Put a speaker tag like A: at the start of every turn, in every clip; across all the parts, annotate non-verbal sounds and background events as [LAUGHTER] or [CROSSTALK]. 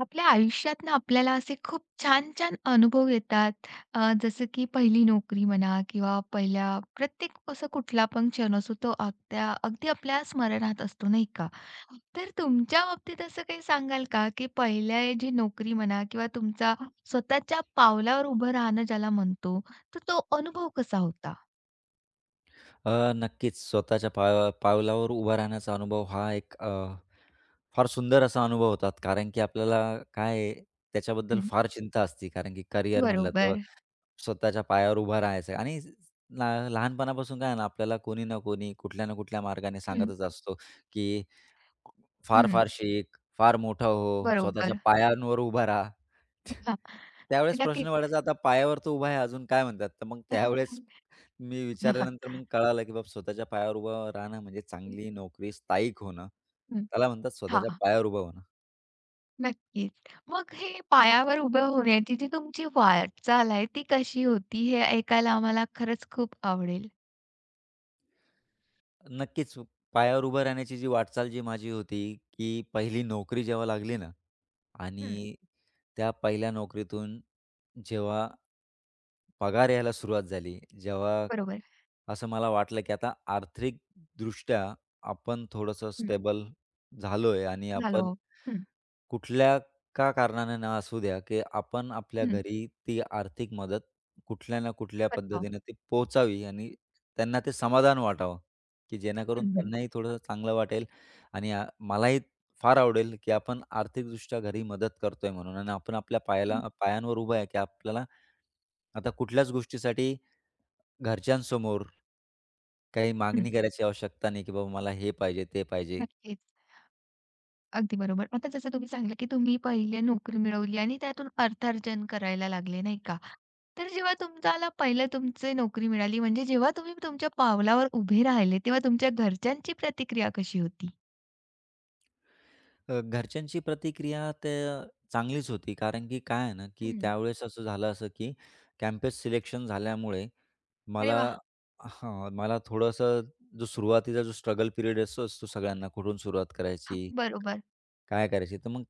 A: आपल्या आयुष्यात ना आपल्याला असे खूप छान-छान अनुभव येतात. जसं की पहिली नोकरी म्हणा किंवा पहिल्या प्रत्येक असा कुठला पण क्षण असो तो अगद्या अगदी आपल्या स्मरणात असतो, नाही का? तर तुमच्या बाबतीत असं काही सांगाल का, की पहिल्या जी नोकरी म्हणा किंवा तुमचा स्वतःच्या पावलावर उभं राहणं ज्याला म्हणतो, तर तो अनुभव कसा होता?
B: नक्कीच स्वतःच्या पावलावर उभा राहण्याचा अनुभव हा एक फार सुंदर असा अनुभव होता. कारण की आपल्याला काय आहे, त्याच्याबद्दल
A: हं.
B: फार चिंता असते. कारण की करिअर म्हटलं तर
A: बरोबर.
B: स्वतःच्या पायावर उभा राहायचं आहे आणि लहानपणापासून काय आहे ना, आपल्याला कोणी ना कोणी, कुठल्या ना कुठल्या मार्गाने
A: हं,
B: सांगतच असतो, की
A: हं.
B: फार-फार शिक, फार मोठा हो, स्वतःच्या
A: बरोबर.
B: पायांवर उभा राहा.
A: हां,
B: त्यावेळेस प्रश्न
A: नक्कीच.
B: पडायचा आता पायावर तो उभा आहे अजून काय म्हणतात? तर मग त्यावेळेस
A: [LAUGHS]
B: मी विचारल्यानंतर मग कळालं, की बाबा स्वतःच्या पायावर उभं राहणं म्हणजे चांगली नोकरी स्थायिक होणं.
A: हं.
B: त्याला म्हणतात स्वतःच्या
A: हां.
B: पायावर उभं होणं.
A: नक्कीच. मग हे पायावर उभं होण्याची जी तुमची वाटचाल आहे, ती कशी होती? हे ऐकायला आम्हाला खरंच खूप आवडेल.
B: नक्कीच पायावर उभं राहण्याची जी वाटचाल जी माझी होती, की पहिली नोकरी जेव्हा लागली ना
A: हं.
B: आणि त्या पहिल्या नोकरीतून जेव्हा पगार यायला सुरुवात झाली, जेव्हा
A: बरोबर.
B: असं मला वाटलं, की आता आर्थिकदृष्ट्या आपण थोडंसं
A: हं.
B: स्टेबल झालोय आणि
A: झालो.
B: आपण
A: हं,
B: कुठल्या का कारणाने ना असू द्या, की आपण आपल्या
A: हं.
B: घरी ती आर्थिक मदत कुठल्या ना कुठल्या
A: बताव.
B: पद्धतीने ती पोहोचावी आणि त्यांना ते समाधान वाटावं, की जेणेकरून
A: हं.
B: त्यांनाही थोडंसं चांगलं वाटेल आणि मलाही फार आवडेल, की आपण आर्थिकदृष्ट्या घरी मदत करतोय म्हणून आणि आपण आपल्या
A: हं,
B: पायांवर उभा आहे, की आपल्याला आता कुठल्याच गोष्टीसाठी घरच्यांसमोर काही
A: हं.
B: मागणी करायची आवश्यकता नाही, की बाबा मला हे पाहिजे, ते पाहिजे.
A: नक्कीच. अगदी बरोबर. आता जसं तुम्ही सांगितलं, की तुम्ही पहिले नोकरी मिळवली आणि त्यातून अर्थार्जन करायला लागले, नाही का? तर जेव्हा तुम्हाला पहिलं तुमची नोकरी मिळाली, म्हणजे जेव्हा तुम्ही तुमच्या पावलावर उभे राहिले, तेव्हा तुमच्या घरच्यांची प्रतिक्रिया कशी होती?
B: घरच्यांची प्रतिक्रिया ते चांगलीच होती. कारण की काय आहे ना, की
A: हं.
B: त्यावेळेस असं झालं असं, की कॅम्पस सिलेक्शन झाल्यामुळे
A: अरे
B: मला
A: वाह!
B: मला थोडंसं जो सुरुवातीचा जो स्ट्रगल पिरियड असतो असतो सगळ्यांना कुठून सुरुवात
A: हां,
B: करायची,
A: बरोबर.
B: काय करायची? तर मग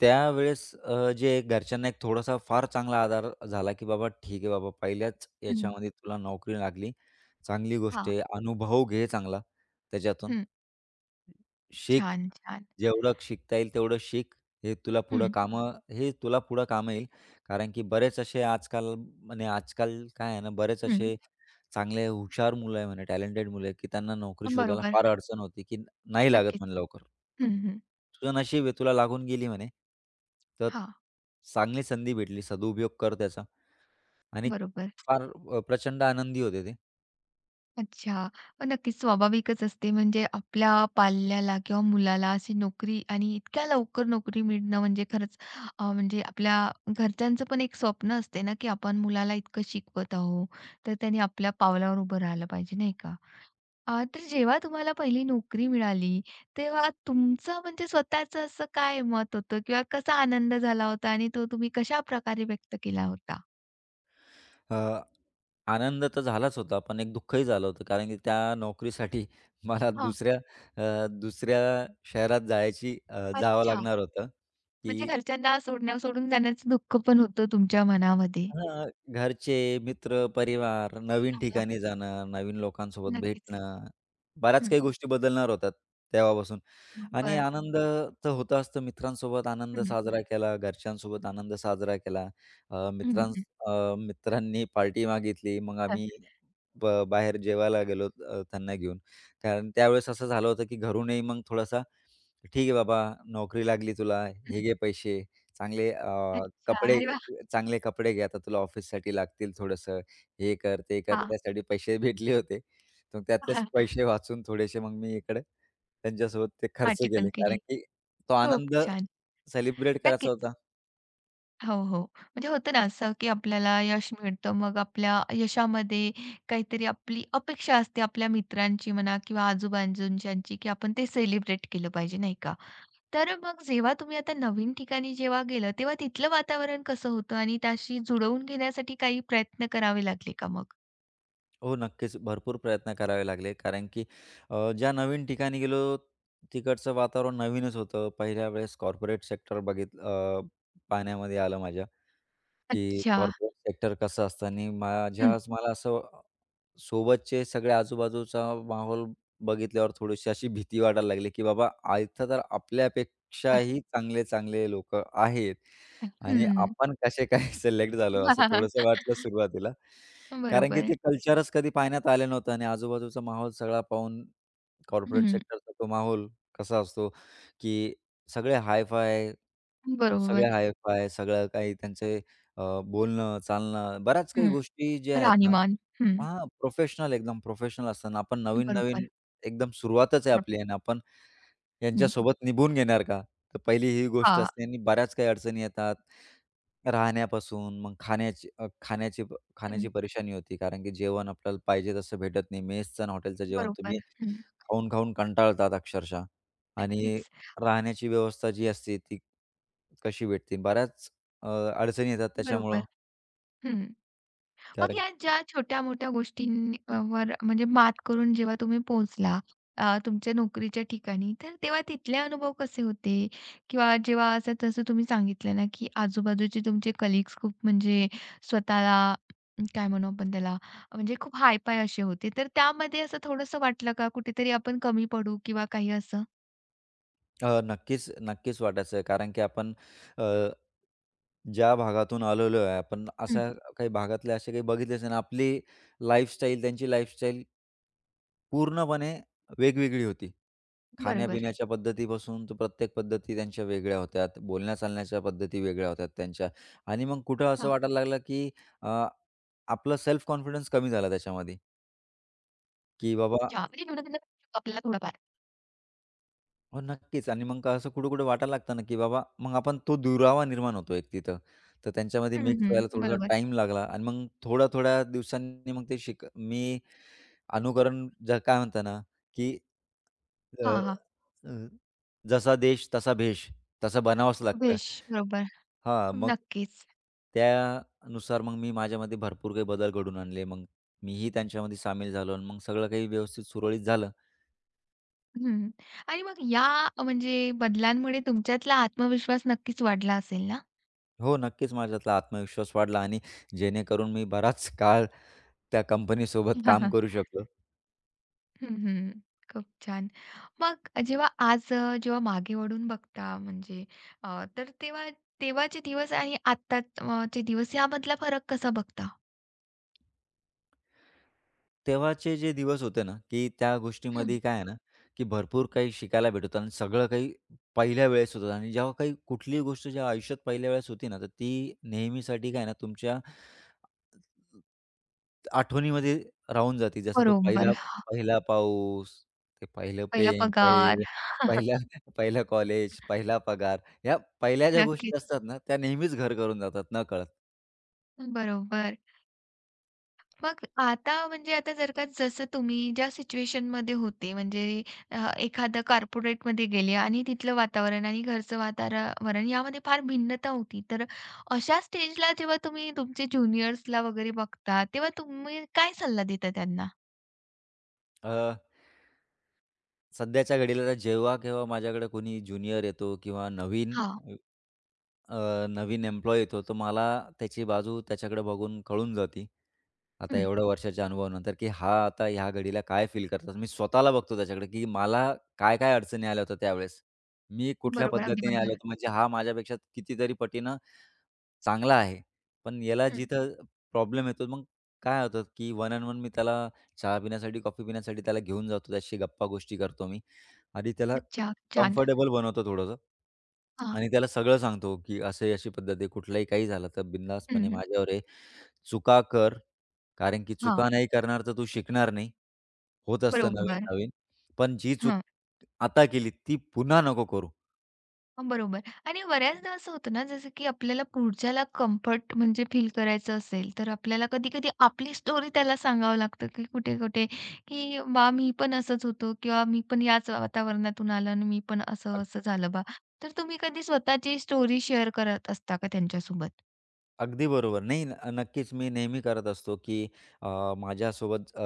B: त्यावेळेस जे घरच्यांना एक थोडासा फार चांगला आधार झाला, की "बाबा ठीक आहे बाबा, पहिल्याच
A: हं,
B: याच्यामध्ये तुला नोकरी लागली. चांगली गोष्ट
A: हां.
B: आहे. अनुभव घे चांगला त्याच्यातून."
A: हं.
B: शिक.
A: छान, छान.
B: जेवढं शिकता येईल तेवढं शिक. हे तुला पुढं
A: हं,
B: कामं हे तुला पुढं कामं येईल. कारण की बरेच असे आजकाल म्हणे आजकाल काय आहे ना, बरेच
A: हं.
B: असे चांगले हुशार मुलं आहे म्हणे, टॅलेंटेड मुलं आहे, की त्यांना नोकरी शोधायला
A: बरोबर.
B: फार अडचण होती, की नाही लागत
A: नक्कीच.
B: म्हणे लवकर.
A: हं,
B: अन्
A: हं.
B: तुझं नशीब आहे तुला लागून गेली म्हणे. तर
A: हां,
B: चांगली संधी भेटली, सदुपयोग कर त्याचा आणि
A: बरोबर.
B: फार प्रचंड आनंदी होते ते.
A: अच्छा. नक्कीच स्वाभाविकच असते म्हणजे आपल्या पाल्याला किंवा मुलाला अशी नोकरी आणि इतक्या लवकर नोकरी मिळणं म्हणजे खरंच म्हणजे आपल्या घरच्यांचं पण एक स्वप्न असते ना, की आपण मुलाला इतकं शिकवत आहोत, तर त्याने आपल्या पावलावर उभं राहिलं पाहिजे, नाही का? तर जेव्हा तुम्हाला पहिली नोकरी मिळाली, तेव्हा तुमचं म्हणजे स्वतःचं असं काय मत होतं किंवा कसा आनंद झाला होता आणि तो तुम्ही कशा कशाप्रकारे व्यक्त केला होता?
B: अ, आनंद तर झालाच होता, पण एक दुःखही झालं होतं. कारण की त्या नोकरीसाठी [LAUGHS] मला
A: हां.
B: दुसऱ्या शहरात जावं
A: अच्छा.
B: लागणार होतं,
A: म्हणजे
B: की
A: घरच्यांना सोडण्या सोडून जाण्याचं दुःख पण होतं तुमच्या मनामध्ये?
B: हां, घरचे, मित्र, परिवार, नवीन
A: हां, हां.
B: ठिकाणी जाणं, नवीन लोकांसोबत
A: नक्कीच.
B: भेटणं, बऱ्याच
A: हं.
B: काही गोष्टी बदलणार होत्या तेव्हापासून. आणि
A: बरं.
B: आनंद तर होताच, तर मित्रांसोबत आनंद
A: हं.
B: साजरा केला, घरच्यांसोबत आनंद साजरा केला. अ,
A: हं,
B: मित्रांस
A: हं.
B: अ, मित्रांनी पार्टी मागितली, मग
A: हं,
B: आम्ही बाहेर जेवायला गेलो त्यांना घेऊन. कारण त्यावेळेस असं झालं होतं, की घरूनही मग थोडासा, "ठीक आहे बाबा, नोकरी लागली तुला, हे
A: हं.
B: घे पैसे. चांगले अ,
A: अच्छा.
B: कपडे
A: अरे वाह!
B: चांगले कपडे घे, आता तुला ऑफिससाठी लागतील थोडंसं. हे कर, ते कर."
A: हां.
B: त्यासाठी पैसे [LAUGHS] भेटले होते. मग त्यातलेच
A: हां.
B: पैसे वाचून थोडेसे मग मी इकडे त्यांच्यासोबत ते खर्च
A: पार्टी
B: केले.
A: पण
B: कारण
A: केली.
B: की तो
A: खूप
B: आनंद
A: छान.
B: सेलिब्रेट करायचा
A: नक्कीच.
B: होता.
A: हो, हो. म्हणजे होतं ना असं, की आपल्याला यश मिळतं. मग आपल्या यशामध्ये काहीतरी आपली अपेक्षा असते आपल्या मित्रांची म्हणा किंवा आजूबाजूच्यांची, की आपण ते सेलिब्रेट केलं पाहिजे, नाही का? तर मग जेव्हा तुम्ही आता नवीन ठिकाणी जेव्हा गेलं, तेव्हा तिथलं वातावरण कसं होतं आणि त्याशी जुळवून घेण्यासाठी काही प्रयत्न करावे लागले का मग?
B: हो, नक्कीच. भरपूर प्रयत्न करावे लागले. कारण की ज्या नवीन ठिकाणी गेलो, तिकडचं वातावरण नवीनच होतं. पहिल्या वेळेस कॉर्पोरेट सेक्टर पाहण्यामध्ये आलं माझ्या, की
A: अच्छा.
B: कॉर्पोरेट सेक्टर कसं असतं आणि
A: हं.
B: माझ्याच मला असं सोबतचे सगळे आजूबाजूचा माहोल बघितल्यावर थोडीशी अशी भीती वाटायला लागली, की बाबा इथं तर आपल्यापेक्षाही चांगले-चांगले लोक आहेत आणि
A: हं.
B: आपण कसे काय [LAUGHS] सिलेक्ट झालो असं थोडंसं
A: [LAUGHS]
B: वाटलं सुरुवातीला. कारण की
A: बरोबर.
B: ते कल्चरच कधी पाहण्यात आलं नव्हतं आणि आजूबाजूचा माहोल सगळा पाहून कॉर्पोरेट
A: हं.
B: सेक्टरचा तो माहोल कसा असतो, की सगळे हाय सगळे
A: बरोबर.
B: हाय सगळं काही त्यांचे बोलणं, चालणं, बऱ्याच काही
A: हं.
B: गोष्टी ज्या आहेत ना
A: राहणीमान. हं.
B: हां, प्रोफेशनल एकदम प्रोफेशनल असताना आपण
A: बरोबर.
B: नवीन-नवीन एकदम सुरुवातच आहे आपली आणि आपण
A: हं.
B: यांच्यासोबत निभून घेणार का? तर पहिली ही गोष्ट
A: हां.
B: असते आणि बऱ्याच काही अडचणी येतात. राहण्यापासून मग खाण्याची अ, खाण्याची खाण्याची परेशानी होती. कारण की जेवण आपल्याला पाहिजे तसं भेटत नाही. मेसचं आणि हॉटेलचं जेवण
A: बरोबर.
B: तुम्ही
A: हं.
B: खाऊन-खाऊन कंटाळतात अक्षरशः आणि
A: नक्कीच.
B: राहण्याची व्यवस्था जी असते ती कशी भेटते? बऱ्याच अ, अडचणी येतात
A: बरोबर.
B: त्याच्यामुळं.
A: हं. मग
B: कारण
A: या ज्या छोट्या-मोठ्या गोष्टींवर म्हणजे मात करून जेव्हा तुम्ही पोहोचला तुमच्या नोकरीच्या ठिकाणी, तर तेव्हा तिथले अनुभव कसे होते? किंवा जेव्हा असं तसं तुम्ही सांगितलं ना, की आजूबाजूचे तुमचे कलीग्स खूप म्हणजे स्वतःला काय म्हणू आपण त्याला, म्हणजे खूप हाय-फाय असे होते. तर त्यामध्ये असं थोडंसं वाटलं का कुठेतरी आपण कमी पडू किंवा काही असं?
B: नक्कीच, नक्कीच वाटायचं कारण की आपण अ ज्या भागातून आलेलो आहे आपण,
A: हं.
B: अशा काही भागातले असे काही बघितलेच नाही आणि आपली लाईफस्टाईल, त्यांची लाईफस्टाईल पूर्णपणे वेगवेगळी होती.
A: बरोबर.
B: खाण्यापिण्याच्या पद्धतीपासून तर प्रत्येक पद्धती त्यांच्या वेगळ्या होत्या. बोलण्या-चालण्याच्या पद्धती वेगळ्या होत्या त्यांच्या. आणि मग कुठं असं
A: हां.
B: वाटायला लागलं, की अ, आपलं सेल्फ कॉन्फिडन्स कमी झाला त्याच्यामध्ये, की बाबा.
A: अच्छा. म्हणजे न्यूनगंड आपल्याला थोडाफार.
B: हो, नक्कीच. आणि मग का असं कुठं-कुठं वाटायला लागतं ना, की बाबा मग आपण तो दुरावा निर्माण होतो एक तिथं. तर त्यांच्यामध्ये
A: हं,
B: मिक्स व्हायला
A: हं.
B: थोडासा
A: बरोबर.
B: टाईम लागला आणि मग थोड्या-थोड्या दिवसांनी मग ते मी अनुकरण काय म्हणता ना, की अ,
A: हां, हां.
B: अ, जसा देश तसा भेष, तसं बनावंच लागतं.
A: वेश, बरोबर.
B: हां, मग
A: नक्कीच.
B: त्यानुसार मग मी माझ्यामध्ये भरपूर काही बदल घडून आणले. मग मीही त्यांच्यामध्ये सामील झालो आणि मग सगळं काही व्यवस्थित सुरळीत झालं.
A: हं. आणि मग या म्हणजे बदलांमुळे तुमच्यातला आत्मविश्वास नक्कीच वाढला असेल ना?
B: हो, नक्कीच माझ्यातला आत्मविश्वास वाढला आणि जेणेकरून मी बराच काळ त्या कंपनीसोबत काम करू
A: [LAUGHS]
B: शकलो.
A: हं. खूप छान. मग जेव्हा आज जेव्हा मागे वळून बघता म्हणजे तर तेव्हा तेव्हाचे दिवस आणि आत्ताचे दिवस यामधला फरक कसा बघता?
B: तेव्हाचे जे दिवस होते ना, की त्या
A: हं.
B: गोष्टीमध्ये काय आहे ना, की भरपूर काही शिकायला भेटत होतं आणि सगळं काही पहिल्या वेळेस होतं आणि जेव्हा काही कुठलीही गोष्ट जेव्हा आयुष्यात पहिल्या वेळेस होती ना, तर ती नेहमीसाठी काय आहे ना तुमच्या आठवणीमध्ये राहून जाते. जसा तो पहिला
A: बरोबर.
B: पहिला पाऊस, ते पहिलं
A: पहिला
B: प्रेम,
A: पगार.
B: पहिला
A: [LAUGHS]
B: पहिलं कॉलेज, पहिला पगार. ह्या पहिल्या ज्या
A: नक्कीच.
B: गोष्टी असतात ना, त्या नेहमीच घर करून जातात नकळत.
A: बरोबर. मग आता म्हणजे आता जर का जसं तुम्ही ज्या सिच्युएशनमध्ये होते म्हणजे एखादं कॉर्पोरेटमध्ये गेले आणि तिथलं वातावरण आणि घरचं वातावरण यामध्ये फार भिन्नता होती. तर अशा स्टेजला जेव्हा तुम्ही तुमचे ज्युनियर्सला वगैरे बघता, तेव्हा तुम्ही काय सल्ला देता त्यांना?
B: अ, सध्याच्या घडीला जेव्हा-केव्हा माझ्याकडे कोणी ज्युनियर येतो किंवा नवीन
A: हां.
B: अ, नवीन एम्प्लॉयी येतो, तर मला त्याची बाजू त्याच्याकडे बघून कळून जाती. आता
A: हं.
B: एवढ्या वर्षाच्या अनुभवानंतर, की हा आता ह्या घडीला काय फील करतात. मी स्वतःला बघतो त्याच्याकडे, की मला काय-काय अडचणी आल्या होत्या त्यावेळेस. मी कुठल्या
A: बरोबर. अगदी
B: पद्धतीने आलो
A: बरोबर.
B: होतो. म्हणजे हा माझ्यापेक्षा कितीतरी पटीनं चांगला आहे. पण याला
A: हं.
B: जिथं प्रॉब्लेम येतो, मग काय होतं, की वन अँड वन मी त्याला चहा पिण्यासाठी, कॉफी पिण्यासाठी त्याला घेऊन जातो. त्याच्याशी गप्पा गोष्टी करतो मी आणि त्याला
A: अच्छा. छान.
B: कम्फर्टेबल बनवतो थोडंसं
A: हां.
B: आणि त्याला सगळं सांगतो, की अशी अशी पद्धत आहे. कुठलाही काही झालं तर
A: हं,
B: बिंदासपणे
A: हं.
B: माझ्यावर आहे. चुका कर, कारण की चुका नाही करणार तर तू शिकणार नाही. होत असतं
A: बरोबर.
B: नवीन-नवीन. पण जी चूक
A: हां.
B: आता केली ती पुन्हा नको करू.
A: बरोबर आणि बऱ्याचदा असं होतं ना, जसं की आपल्याला पुढच्याला कम्फर्ट म्हणजे फील करायचं असेल, तर आपल्याला कधी-कधी आपली स्टोरी त्याला सांगावं लागतं, की कुठे-कुठे, की "बा, मी पण असंच होतो" किंवा "मी पण याच वातावरणातून आलो आणि मी पण असं-असं झालं बा." तर तुम्ही कधी स्वतःची स्टोरी शेअर करत असता का त्यांच्यासोबत?
B: अगदी बरोबर. नाही, नक्कीच मी नेहमी करत असतो, की अ, माझ्यासोबत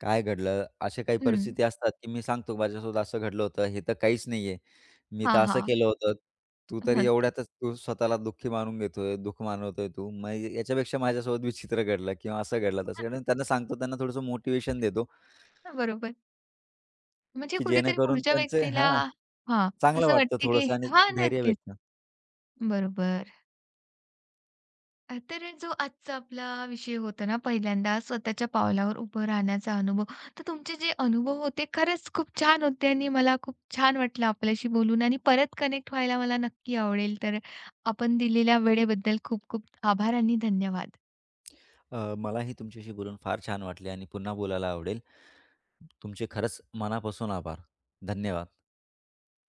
B: काय घडलं, अशा काही
A: हं.
B: परिस्थिती असतात, की मी सांगतो माझ्यासोबत असं घडलं होतं, हे तर काहीच नाहीये. मी तर
A: हां,
B: असं
A: हां.
B: केलं होतं. तू तरी एवढ्यातच तू स्वतःला दुःखी मानून घेतोय, दुःख मानवतोय तू. मग याच्यापेक्षा माझ्यासोबत विचित्र घडलं किंवा असं घडलं, तसं घडलं.
A: [LAUGHS]
B: त्यांना सांगतो, त्यांना थोडंसं मोटिव्हेशन देतो,
A: बरोबर. म्हणजे
B: की
A: कुठेतरी
B: जेणेकरून
A: पुढच्या
B: त्यांचे
A: व्यक्तीला हां,
B: चांगलं
A: असं
B: वाटतं
A: वाटते की
B: थोडंसं आणि
A: हां,
B: धैर्य
A: नक्कीच.
B: भेटतं.
A: बरोबर. तर जो आजचा आपला विषय होता ना, पहिल्यांदा स्वतःच्या पावलावर उभं राहण्याचा अनुभव. तर तुमचे जे अनुभव होते खरंच खूप छान होते आणि मला खूप छान वाटलं आपल्याशी बोलून आणि परत कनेक्ट व्हायला मला नक्की आवडेल. तर आपण दिलेल्या वेळेबद्दल खूप खूप आभार आणि धन्यवाद.
B: मलाही तुमच्याशी बोलून फार छान वाटले आणि पुन्हा बोलायला आवडेल. तुमचे खरंच मनापासून आभार. धन्यवाद.